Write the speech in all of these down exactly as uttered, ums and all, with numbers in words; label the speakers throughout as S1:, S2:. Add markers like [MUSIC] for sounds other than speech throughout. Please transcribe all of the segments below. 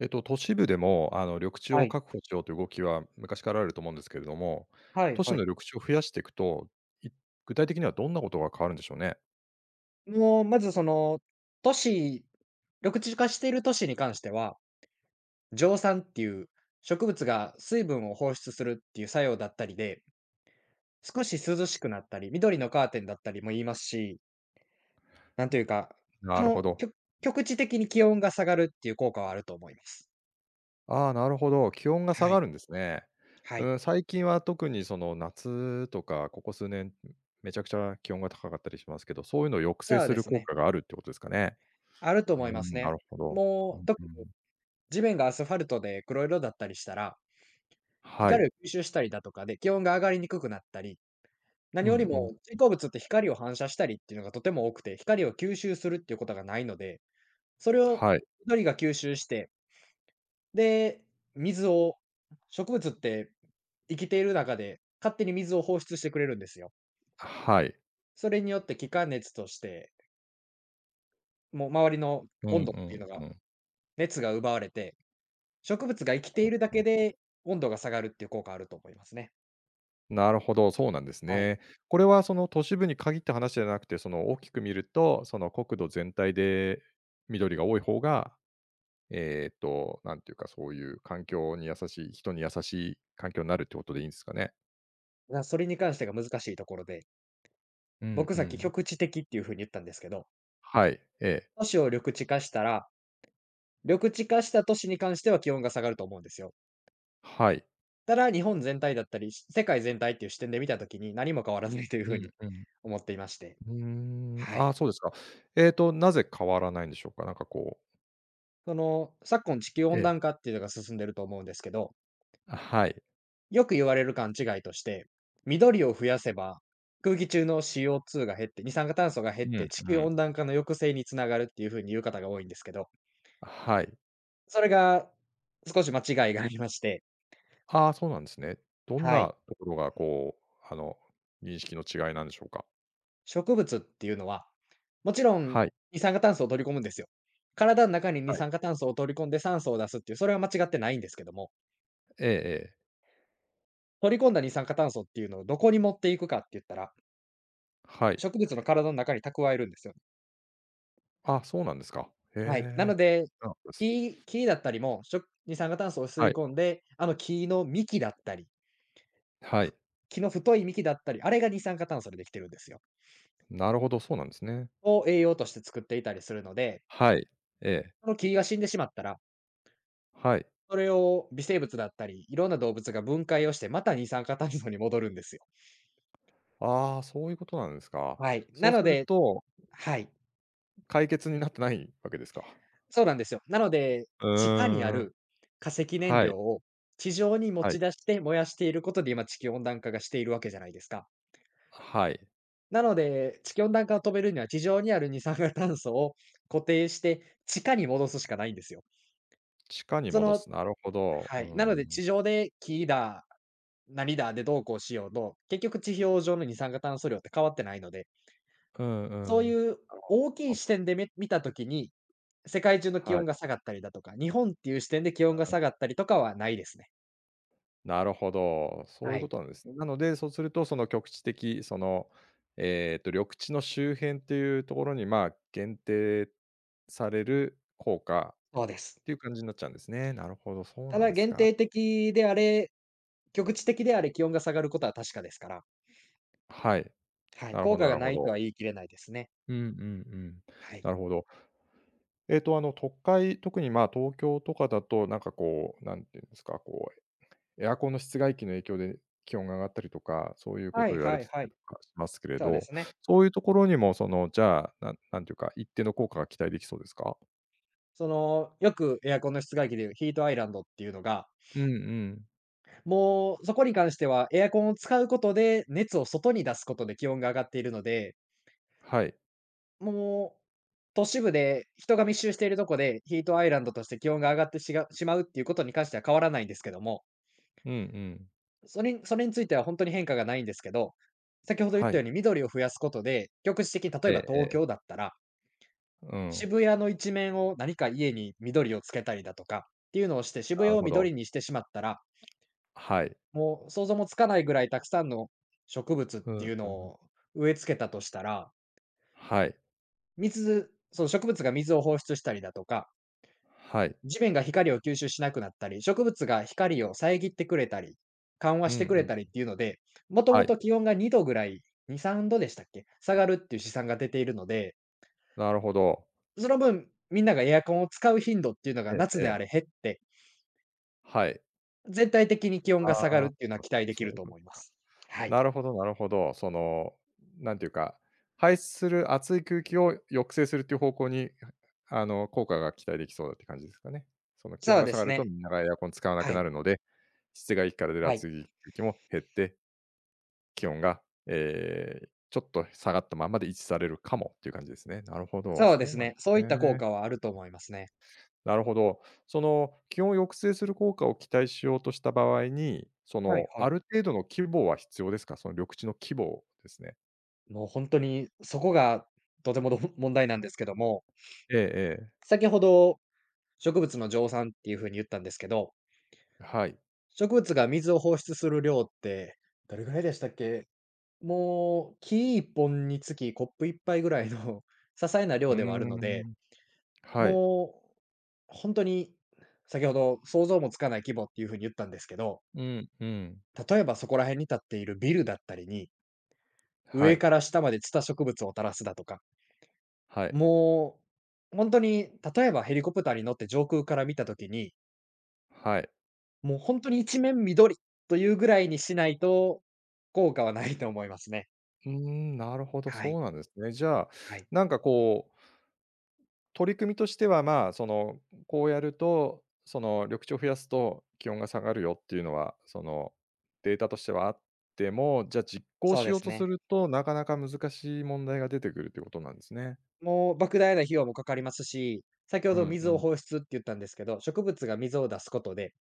S1: えっと、都市部でも、あの、緑地
S2: は
S1: を
S2: い。
S1: 確保しようという動きは昔からあると思うんですけれども、
S2: はい
S1: 都市
S2: は
S1: の
S2: い。
S1: 緑地を増やしていくと、い具体的にはどんなことが変わるんでしょうね？
S2: もう、まずその、都市緑地化している都市に関しては、蒸散っていう植物が水分を放出するっていう作用だったりで、少し涼しくなったり、緑のカーテンだったりも言いますし、なんというか、そ
S1: なるほ
S2: の、き
S1: ど。
S2: ょ局地的に気温が下がるっていう効果はあると思います。
S1: ああ、なるほど、気温が下
S2: はい。
S1: がるんですね。
S2: はい。
S1: うん、最近は特にその夏とか、ここ数年、めちゃくちゃ気温が高かったりしますけど、そういうのを抑制
S2: そう
S1: す
S2: で
S1: る
S2: す
S1: 効
S2: ね。
S1: 果があるってことですかね？
S2: あると
S1: う
S2: 思いま
S1: ん、
S2: す
S1: な
S2: ね。
S1: るほど。う
S2: も
S1: ん
S2: う、特
S1: う
S2: に
S1: ん。
S2: 地面がアスファルトで黒色だったりしたら、
S1: は
S2: 光
S1: い。
S2: を吸収したりだとかで気温が上がりにくくなったり、何
S1: う
S2: より
S1: んう
S2: も、
S1: ん。
S2: 人工物って光を反射したりっていうのがとても多くて、光を吸収するっていうことがないので、それを
S1: はい。
S2: 緑が吸収して、で、水を植物って生きている中で、勝手に水を放出してくれるんですよ。
S1: はい。
S2: それによって気化熱として、もう周りの
S1: うんう
S2: 温度っていう
S1: ん
S2: のが、
S1: うんうん。
S2: 熱が奪われて、植物が生きているだけで温度が下がるっていう効果あると思いますね。
S1: なるほど、そうなんです
S2: はい。
S1: ね。これはその都市部に限った話じゃなくて、その大きく見ると、その国土全体で緑が多い方が、えっと、なんていうか、そういう環境に優しい人に優しい環境になるってことでいいんですかね？
S2: なそれに関してが難しいところで、
S1: うん
S2: 僕
S1: う
S2: さっき
S1: ん。
S2: 極地的っていう風に言ったんですけど、
S1: はい、ええ、
S2: 都市を緑地化したら緑地化した都市に関しては気温が下がると思うんですよ。
S1: はい。
S2: ただ、日本全体だったり、し世界全体っていう視点で見たときに何も変わらないというふ
S1: う
S2: う
S1: ん
S2: に
S1: うん。
S2: [LAUGHS] 思っていまして。
S1: うーん、
S2: はい。
S1: ああ、そうですか。えっと、なぜ変わらないんでしょうか？なんかこう。
S2: その、昨今地球
S1: え
S2: 温暖
S1: え、
S2: 化っていうのが進んでると思うんですけど、
S1: はい。
S2: よく言われる勘違いとして、緑を増やせば、空気中の シーオーツー が減って、二酸化炭素が減っ
S1: うんうん。
S2: て地球温暖化の抑制につながるっていうふうに言う方が多いんですけど、
S1: はい。
S2: それが少し間違いがありまして、
S1: ああ、そうなんですね。どん
S2: は
S1: な
S2: い。
S1: ところがこう、あの、認識の違いなんでしょうか？
S2: 植物っていうのは、もちろん
S1: はい、
S2: 二酸化炭素を取り込むんですよ。体の中に二
S1: はい。
S2: 酸化炭素を取り込んで酸素を出すっていう、それは間違ってないんですけども、
S1: ええええ。
S2: 取り込んだ二酸化炭素っていうのをどこに持っていくかって言ったら、
S1: はい。
S2: 植物の体の中に蓄えるんですよね。
S1: あ、そうなんですか。へ
S2: はい。な
S1: え。
S2: ので、
S1: そうなんです。
S2: 木木だったりも、しょ二酸化炭素を吸い
S1: はい、
S2: 込んで、あの木の幹だったり、
S1: はい。
S2: 木の太い幹だったり、あれが二酸化炭素でできてるんですよ。
S1: なるほど、そうなんですね。
S2: を栄養として作っていたりするので、
S1: はい。ええ、
S2: その木が死んでしまったら
S1: はい。
S2: それを微生物だったり、いろんな動物が分解をして、また二酸化炭素に戻るんですよ。
S1: ああ、そういうことなんですか。
S2: はい。な
S1: そう
S2: の
S1: する
S2: で、
S1: と、
S2: はい、
S1: 解決になってないわけですか？
S2: そうなんですよ。なので、
S1: う
S2: 地下にあ
S1: ーん。
S2: る化石燃
S1: はい、
S2: 料を地上に持
S1: は
S2: ち
S1: い。
S2: 出して燃やしていることで、今地球温暖化がしているわけじゃないですか。
S1: はい。
S2: なので、地球温暖化を止めるには、地上にある二酸化炭素を固定して、地下に戻すしかないんですよ。
S1: 地下に
S2: そ
S1: 戻
S2: の
S1: す、なるほど。う
S2: はい、な
S1: ー
S2: ので
S1: ん。
S2: 地上で木だ、何だでどうこうしようと、結局地表上の二酸化炭素量って変わってないので、
S1: うんう
S2: そう
S1: ん。
S2: いう
S1: なるほ
S2: 大きい
S1: ど。
S2: 視点でみ見たときに、世界中の気
S1: は
S2: 温
S1: い。
S2: が下がったりだとか、日本っていう視点で気温が下がったりとかはないですね。
S1: なるほど、そうい
S2: は
S1: うこ
S2: い、
S1: となんですね。なので、そうすると、その局地的、その、えっと、緑地の周辺っていうところに、まあ、限定される効果
S2: そうです。
S1: っていう感じになっちゃうんですね。なるほど、そう
S2: た
S1: なん
S2: だ、
S1: です
S2: 限
S1: か。
S2: 定的であれ、局地的であれ気温が下がることは確かですから、
S1: はい、
S2: はい。
S1: なる
S2: 効
S1: ほど
S2: 果
S1: な
S2: が
S1: る
S2: な
S1: ほ
S2: いと
S1: ど。
S2: は言い切れないですね。
S1: うんうんうん。
S2: はい。
S1: なるほど。えっと、あの、都会、特に、まあ、東京とかだと、なんかこう、なんていうんですか、こうエアコンの室外機の影響で気温が上がったりとか、そういうこ
S2: は
S1: とを
S2: い
S1: 言われ
S2: は
S1: て
S2: いは
S1: た
S2: い。
S1: りとかしますけれ
S2: そうで
S1: ど、
S2: すね。
S1: そういうところにもその、じゃあ、なんなんていうか、一定の効果が期待できそうですか？
S2: その、よくエアコンの室外機でいうヒートアイランドっていうのが、
S1: うんうん。
S2: もうそこに関してはエアコンを使うことで熱を外に出すことで気温が上がっているので、
S1: はい。
S2: もう、都市部で人が密集しているとこで、ヒートアイランドとして気温が上がってしがしまうっていうことに関しては変わらないんですけども、
S1: うんうん。
S2: それにそれについてはほんとに変化がないんですけど、先ほど言っ
S1: は
S2: たよ
S1: い。
S2: うに緑を増やすことで、局地的に例え
S1: え
S2: ば
S1: ええ
S2: 東
S1: え。
S2: 京だったら、
S1: うん。
S2: 渋谷の一面を何か家に緑をつけたりだとかっていうのをして、渋谷
S1: なる
S2: を
S1: ほ
S2: 緑
S1: ど。
S2: にしてしまったら、
S1: はい。
S2: もう想像もつかないぐらいたくさんの植物っ
S1: うんう
S2: て
S1: ん
S2: いうの
S1: うん。
S2: を植え付けたとしたら、
S1: はい。
S2: 水その植物が水を放出したりだとか、
S1: はい。
S2: 地面が光を吸収しなくなったり、植物が光を遮ってくれたり、緩和
S1: うん
S2: し
S1: う
S2: てくれたりっ
S1: ん。
S2: ていうので、もとも
S1: はい。
S2: と気温がにどぐらい、に、さんどでしたっけ、下がるっていう試算が出ているので、
S1: なるほど。
S2: その分、みんながエアコンを使う頻度っていうのが
S1: え
S2: 夏
S1: ええ
S2: であ
S1: え。
S2: れ減って、
S1: はい。
S2: 全体的に気温が下がる
S1: あ
S2: っ
S1: あ、
S2: ていうのは
S1: そっか
S2: 期
S1: そっ
S2: 待
S1: か、
S2: でき
S1: そ
S2: る
S1: ういう
S2: と
S1: こと
S2: 思いま
S1: か。
S2: す。はい。
S1: なるほどなるほど。その、なんていうか、排出する熱い空気を抑制するっていう方向に、あの、効果が期待できそうだって感じですかね。その気温
S2: そう
S1: が
S2: で
S1: 下が
S2: す
S1: ると
S2: ね。
S1: みんながエアコン使わな
S2: は
S1: くな
S2: い、
S1: るので、室外機から出る
S2: はい。
S1: 熱い空気も減って、気温が、えーちょっと下がったままで維持されるかもっていう感じですね。なるほど、
S2: そう
S1: そ
S2: で
S1: う
S2: す
S1: なんで
S2: ね。そ
S1: す
S2: ういった効
S1: ね。
S2: 果はあると思いますね。
S1: なるほど。その気温を抑制する効果を期待しようとした場合に、そ
S2: はい
S1: の、
S2: はい。
S1: ある程度の規模は必要ですか？その緑地の規模ですね。
S2: もう本当にそこがとてもど問題なんですけども、
S1: ええええ。
S2: 先ほど植物の蒸散っていう風に言ったんですけど、
S1: はい。
S2: 植物が水を放出する量って、どれぐらいでしたっけ？もう木一本につきコップ一杯ぐらいの [LAUGHS] 些細な
S1: う
S2: 量ではあるの
S1: ー
S2: で、
S1: ん。はい。
S2: もう本当に先ほど想像もつかない規模っていう風に言ったんですけど、
S1: うん、うん。
S2: 例えばそこら辺に立っているビルだったりに、
S1: は
S2: 上
S1: い、
S2: から下までツタ植物を垂らすだとか、
S1: はい、
S2: もう本当に例えばヘリコプターに乗って上空から見たときに
S1: はい。
S2: もう本当に一面緑というぐらいにしないと、効果はないと思いますね。
S1: うーん、なるほど、
S2: はい、
S1: そうなんですね。じゃあ、
S2: はい。
S1: なんかこう、取り組みとしては、まあ、その、こうやると、その、緑地を増やすと気温が下がるよっていうのは、その、データとしてはあっても、じゃあ実行
S2: そう
S1: し
S2: で
S1: よう
S2: す
S1: とす
S2: ね。
S1: ると、なかなか難しい問題が出てくるっていうことなんですね。
S2: もう莫大な費用もかかりますし、先ほ
S1: う
S2: ど
S1: ん
S2: 水
S1: う
S2: を
S1: ん。
S2: 放出って言ったんですけど、植物が水を出すことで、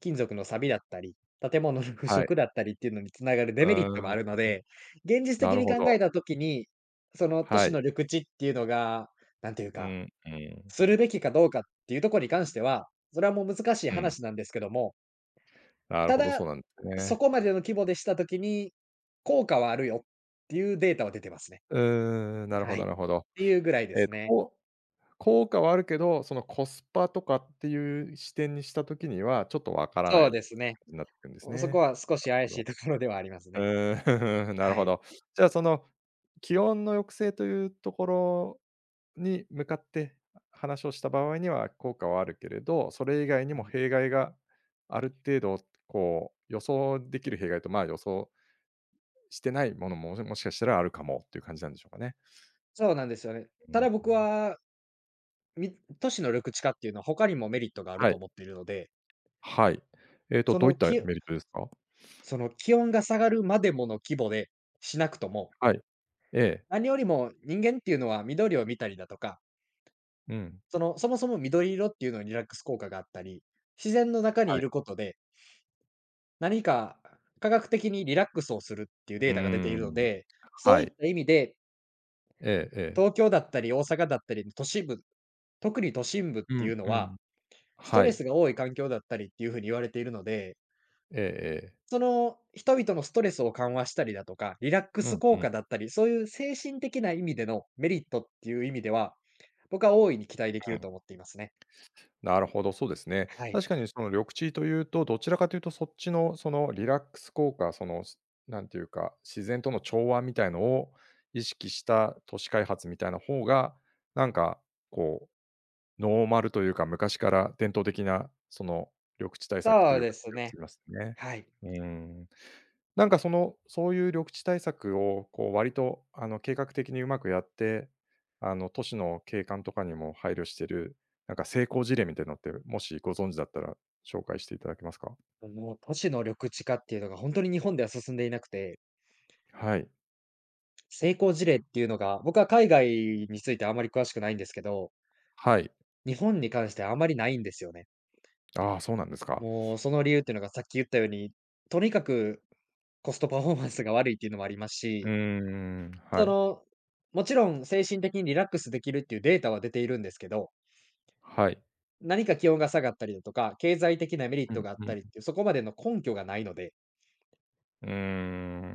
S2: 金属の錆だったり、建物の腐
S1: はい。
S2: 食だったりっていうのに繋がる
S1: う
S2: デメリットも
S1: ー
S2: ある
S1: ん、
S2: ので、現実
S1: な
S2: 的
S1: る
S2: に
S1: ほ
S2: 考え
S1: ど。
S2: た時に、その都
S1: は
S2: 市
S1: い。
S2: の緑地っていうのが、なんていう
S1: う
S2: か、
S1: ん、うん。
S2: するべきかどうかっていうところに関しては、それはもう難しい
S1: うん。
S2: 話なんですけども、
S1: なる
S2: た
S1: ほど、そう
S2: だ、
S1: なんです
S2: そ
S1: ね。
S2: こまでの規模でしたときに、効果はあるよっていうデータは出てますね。
S1: うんんなるほ
S2: はい。
S1: ど
S2: っ
S1: なるほど。
S2: ていうぐらいで
S1: えっ
S2: す
S1: と、
S2: ね。
S1: こう効果はあるけど、そのコスパとかっていう視点にした時には、ちょっとわからな
S2: そうで
S1: い
S2: すね。
S1: になってくるんです
S2: おそこ
S1: ね。
S2: は少し
S1: [LAUGHS] なる
S2: 怪
S1: ほ
S2: しい
S1: ど。
S2: ところではあります
S1: う
S2: ね。
S1: ーん、[LAUGHS] なる
S2: は
S1: ほ
S2: い。
S1: ど。じゃあ、その気温の抑制というところに向かって、話をした場合には効果はあるけれど、それ以外に
S2: う
S1: も
S2: ん。
S1: 弊害がある程度こう予想できる弊害と、まあ、予想してないものも、もしかしたらあるかもっていう感じなんでしょうかね？
S2: そうなんですよね。
S1: う
S2: た
S1: ん、
S2: だ僕は、み都市の緑地化っていうのは他にもメリットがある
S1: は
S2: と
S1: い、
S2: 思っているので、
S1: はい。えっと、
S2: そ
S1: どうい
S2: の
S1: った
S2: き
S1: メリットですか？
S2: その気温が下がるまでもの規模でしなくとも、
S1: はい。ええ、
S2: 何よりも人間っていうのは緑を見たりだとか、
S1: うん、
S2: その、そもそも緑色っていうのにリラックス効果があったり、自然の中にい
S1: はい。
S2: ることで何か科学的にリラックスをするっていう
S1: う
S2: データが出てい
S1: ー
S2: るの
S1: ん、
S2: で、そう
S1: は
S2: いっ
S1: い。
S2: た意味で、
S1: ええええ。
S2: 東京だったり大阪だったりの都市部、特に都心部っ
S1: う
S2: てい
S1: ん
S2: うの
S1: う
S2: は、
S1: ん。
S2: スト
S1: は
S2: レ
S1: い。
S2: スが多い環境だったりっていう風に言われているので、
S1: ええええ。
S2: その人々のストレスを緩和したりだとか、リラック
S1: う
S2: ス
S1: んう
S2: 効
S1: んう
S2: 果だったり、そういう精神的な意味でのメリットっていう意味では、僕は大いに期待できる
S1: ん。
S2: と思っていますね。
S1: なるほど、そうですね。
S2: はい。
S1: 確かにその緑地というと、どちらかというとそっちのそのリラックス効果、その、すなんていうか、自然との調和みたいのを意識した都市開発みたいな方が、なんかこうノーマルというか、昔から伝統的な、その、緑地対策と
S2: そ
S1: い
S2: う
S1: う
S2: で
S1: か、
S2: す
S1: じがし
S2: ね。
S1: ますね。
S2: はい。
S1: うーん。なんか、その、そういう緑地対策を、こう、割と、あの、計画的にうまくやって、あの、都市の景観とかにも配慮してる、なんか、成功事例みたいなのって、もしご存知だったら紹介していただけますか？
S2: もう都市の緑地化っていうのが本当に日本では進んでいなくて、
S1: はい。
S2: 成功事例っていうのが、僕は海外についてあまり詳しくないんですけど、
S1: はい。
S2: 日本に関してあまりないんですよね。
S1: ああ、そうなんですか。
S2: もうその理由っていうのがさっき言ったように、とにかくコストパフォーマンスが悪いっていうのもあります
S1: うー
S2: し、
S1: ん、
S2: そ
S1: はい。
S2: の、もちろん精神的にリラックスできるっていうデータは出ているんですけど、
S1: はい。
S2: 何か気温が下がったりだとか、経済的なメリッ
S1: う
S2: ト
S1: ん
S2: があっ
S1: う
S2: た
S1: ん。
S2: りっていう、そこまでの根拠がないので、
S1: うー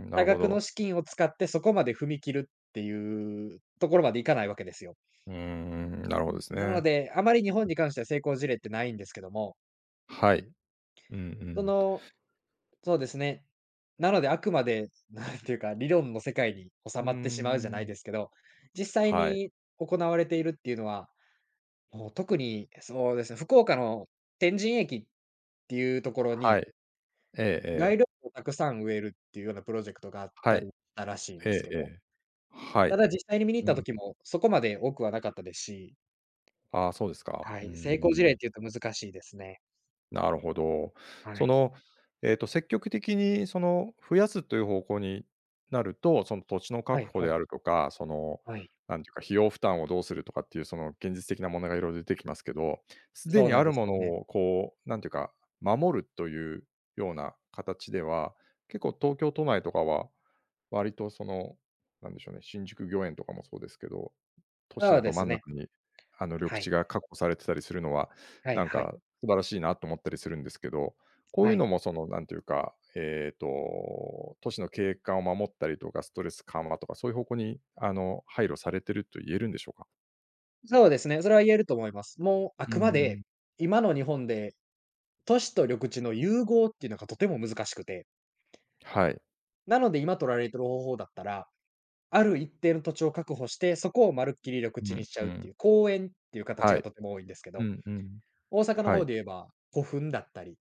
S1: ん、な
S2: 多
S1: るほ
S2: 額の
S1: ど。
S2: 資金を使ってそこまで踏み切るっていうところまでいかないわけですよ。
S1: うーん、なるほどです
S2: なの
S1: ね。
S2: で、あまり日本に関しては成功事例ってないんですけども、
S1: はい。うんう
S2: そ
S1: ん。
S2: の、そうですね。なので、あくまで、なんていうか、理論の世界に収
S1: うー
S2: まってしまうじゃない
S1: ん。
S2: ですけど、実際
S1: はい。
S2: に行われているっていうのは、もう特にそうですね、福岡の天神駅っていうところに、
S1: はい。ええ
S2: 街
S1: ええ。
S2: 路樹をたくさん植えるっていうようなプロジェクトがあっ
S1: は
S2: たり
S1: い。
S2: したらしいん
S1: え
S2: です
S1: え
S2: け
S1: え
S2: ど、
S1: え。は
S2: た
S1: い。
S2: だ実際に見に行っ
S1: う
S2: た
S1: ん。
S2: 時もそこまで多くはなかったですし、
S1: ああ、そうですか。
S2: は
S1: うー
S2: い、成功事例っ
S1: ん。
S2: ていうと難しいですね。
S1: なるほど。
S2: は
S1: そ
S2: い。
S1: の、えっと、積極的にその、増やすという方向になると、その土地の
S2: は
S1: 確
S2: い
S1: 保
S2: は
S1: で
S2: い
S1: あるとか、その、
S2: はい。
S1: なんていうか、費用負担をどうするとかっていうその現実的な問題がいろいろ出てきますけど、すで
S2: そう
S1: に
S2: な
S1: あ
S2: んで
S1: る
S2: す
S1: も
S2: よ
S1: の
S2: ね。
S1: をこう、なんていうか、守るというような形では、結構東京都内とかは割とその、なんでしょうね、新宿御苑とかもそうですけど、都市
S2: そ
S1: の
S2: うで
S1: ど真
S2: す
S1: ん
S2: ね。
S1: 中に、あの、緑
S2: は
S1: 地
S2: い。
S1: が確保されてたりするのは、
S2: は
S1: な
S2: い
S1: ん
S2: はい。
S1: か素晴らしいなと思ったりするんですけど、こう
S2: は
S1: いうの
S2: い。
S1: もその、なんていうか、ええと、都市の景観を守ったりとか、ストレス緩和とか、そういう方向に、あの、配慮されてると言えるんでしょうか？
S2: そうですね、それは言えると思います。もうあ
S1: う
S2: くま
S1: んう
S2: で、
S1: ん
S2: 今の日本で都市と緑地の融合っていうのがとても難しくて、
S1: はい。
S2: なので今取られてる方法だったら、ある一定の土地を確保して、そこをまるっきり緑
S1: う
S2: 地に
S1: ん。
S2: しちゃ
S1: う
S2: うって
S1: ん。
S2: いう、公園っていう形
S1: は
S2: が
S1: い。
S2: とても多いんですけ
S1: う
S2: ど、
S1: んうん。
S2: 大阪の
S1: は
S2: 方
S1: い。
S2: で言えば古墳だったり、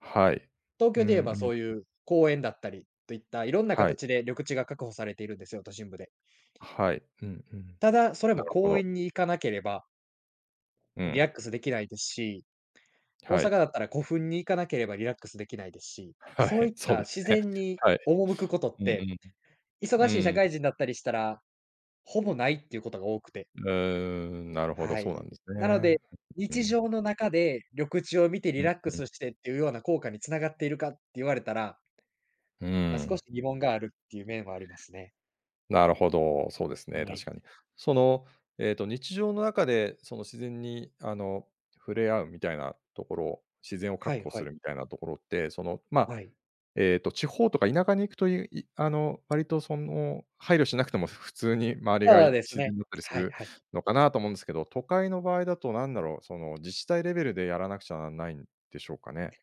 S1: はい。
S2: 東京
S1: う
S2: で言え
S1: んう
S2: ば
S1: ん。
S2: そういう公園だったりといったいろんな
S1: はい。
S2: 形で緑地が確保されているんですよ、都心部で。
S1: はい。うんうん。
S2: ただ、それ
S1: な
S2: も
S1: るほ
S2: 公
S1: ど。
S2: 園に行かなければ
S1: う
S2: リラッ
S1: ん、
S2: クスできないですし、大
S1: は
S2: 阪
S1: い。
S2: だったら古墳に行かなければリラックスできないですし、
S1: [LAUGHS] は
S2: そう
S1: い、
S2: いっ
S1: そう
S2: た
S1: です
S2: 自
S1: ね。
S2: 然に
S1: はい。
S2: 赴くことっ
S1: う
S2: て、
S1: んうん。
S2: 忙しい社
S1: うん。
S2: 会人だったりしたら、ほぼないっていうことが多くて、
S1: うーん、なるほど、
S2: は
S1: そうな
S2: い。
S1: んです
S2: なので、
S1: ね。う
S2: 日
S1: ん。
S2: 常の中で緑地を見てリ
S1: う
S2: ラ
S1: ん、
S2: ック
S1: うん。
S2: スしてっていうような効果に繋がっているかって言われたら、
S1: う
S2: まあ、
S1: ー
S2: 少し
S1: ん。
S2: 疑問があるっていう面はありますね。
S1: なるほど、そうですね、
S2: は
S1: 確
S2: い。
S1: かに。その、えっと、日常の中で、その、自然に、あの、触れ合うみたいなところ、自然を
S2: は
S1: 確
S2: い
S1: 保
S2: は
S1: す
S2: い。
S1: るみたいなところって、その、ま、
S2: はい。
S1: えっと、地方とか田舎に行くという、いあの、割とその、配慮しなくても普通に周りが
S2: そうです
S1: 自
S2: ね。
S1: 然だったりす
S2: はい
S1: る
S2: はい。
S1: のかなと思うんですけど、都会の場合だとなんだろう、その、自治体レベルでやらなくちゃならないんでしょうかね。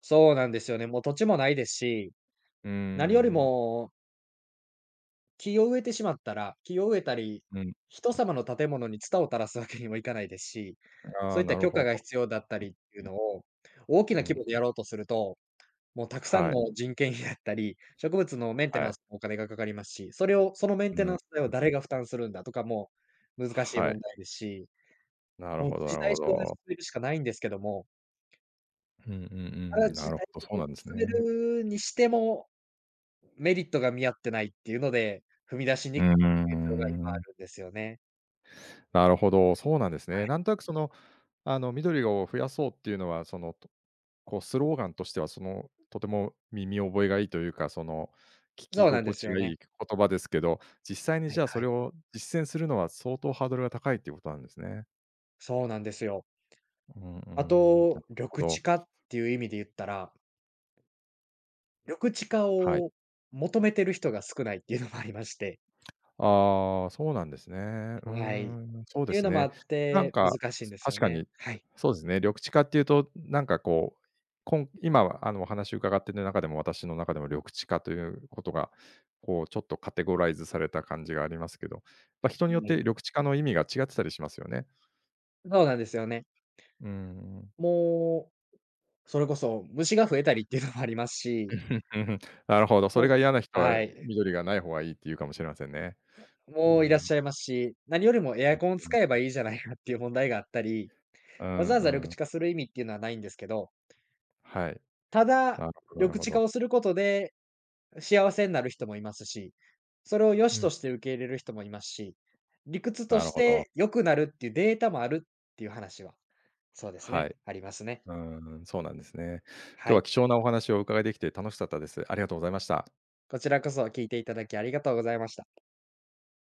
S2: そうなんですよね。もう土地もないですし、
S1: うー
S2: 何より
S1: ん、
S2: も木を植えてしまったら、木を植えたり、
S1: うん、
S2: 人様の建物にツタを垂らすわけにもいかないですし、
S1: あ
S2: そう
S1: あ、
S2: いった
S1: なる
S2: 許可
S1: ほ
S2: が
S1: ど。
S2: 必要だったりっていうのを、大きな
S1: う
S2: 規模
S1: ん、
S2: でやろうとすると、もうたくさん
S1: はい、
S2: の人件費だったり、植物のメンテ
S1: は
S2: ナン
S1: い、
S2: スもお金がかかりますし、それをそのメン
S1: う
S2: テ
S1: ん、う
S2: ナ
S1: ん。
S2: ンス代を誰が負担するんだとかも難しい
S1: はい、
S2: 問題ですし、
S1: なる
S2: もう
S1: ほ
S2: 自
S1: どな
S2: 治
S1: る
S2: 体
S1: ほ
S2: 主導で進
S1: ど。
S2: めるしかないんですけども、
S1: うんうん
S2: ただ
S1: うん、
S2: 自
S1: な
S2: 治
S1: るほ
S2: 体
S1: ど、そ
S2: 主
S1: うな
S2: 導
S1: んです
S2: で進
S1: ね。
S2: めるにしても、メリットが見合ってないっていうので、踏み出し
S1: う
S2: に
S1: ー
S2: くい現状が今あ
S1: ん、
S2: るんですよね。
S1: なるほど、そうなんです
S2: は
S1: ね。
S2: い。
S1: なんとなくその、あの、緑を増やそうっていうのは、その、とこうスローガンとしては、その、とても耳覚えがいいというか、その、聞き
S2: そうなんで
S1: 心
S2: す
S1: 地
S2: よ
S1: がい
S2: ね。
S1: い言葉ですけど、実際に
S2: は
S1: じ
S2: い
S1: ゃあそ
S2: は
S1: れ
S2: い。
S1: を実践するのは相当ハードルが高いっていうことなんですね。
S2: そうなんですよ。
S1: うんう
S2: あ
S1: ん。なる
S2: と、
S1: ほ
S2: 緑
S1: ど。
S2: 地化っていう意味で言ったら、緑地化
S1: はい。
S2: を求めてる人が少ないっていうのもありまして。
S1: ああ、そうなんですね。うー
S2: はい。っ
S1: ん、そうで
S2: ていう
S1: す
S2: のもあ
S1: ね。
S2: っ
S1: なん
S2: て、
S1: か、
S2: 難しいんですよ
S1: 確か
S2: ね。
S1: に、
S2: はい。
S1: そうですね、緑地化っていうと、なんかこう、こん今はあのお話伺ってる中でも、私の中でも緑地化ということが、こうちょっとカテゴライズされた感じがありますけど、まあ、人によっ
S2: は
S1: て
S2: い。
S1: 緑地化の意味が違ってたりしますよね。
S2: そうなんですよね。
S1: うーん。
S2: もう、それこそ虫が増えたりっていうのもありますし、
S1: [LAUGHS] なるほど、そ
S2: も
S1: れ
S2: う
S1: が嫌な人は
S2: はい。
S1: 緑がない方がいいって言うかもしれませんね。う
S2: もういらっ
S1: ん、
S2: しゃいますし、何よりもエアコンを
S1: う
S2: 使
S1: ん、
S2: えばいいじゃないかっていう問題があったり、
S1: う
S2: わ
S1: ん
S2: ざわざ緑
S1: う
S2: 地
S1: ん。
S2: 化する意味っていうのはないんですけど、
S1: はい。
S2: た
S1: な
S2: だ、
S1: るほどなる
S2: 緑
S1: ほ
S2: 地化
S1: ど。
S2: をすることで幸せになる人もいますし、それを良し
S1: うん、
S2: として受け入れる人もいますし、理屈と
S1: なる
S2: し
S1: ほど。
S2: て良くなるっていうデータもあるっていう話は、そうです
S1: は
S2: ね、
S1: い。
S2: ありますね。
S1: うーん、そうなんですね。
S2: は
S1: 今日は
S2: い。
S1: 貴重なお話をお伺いできて楽しかったです。ありがとうございました。
S2: こちらこそ聞いていただきありがとうございました。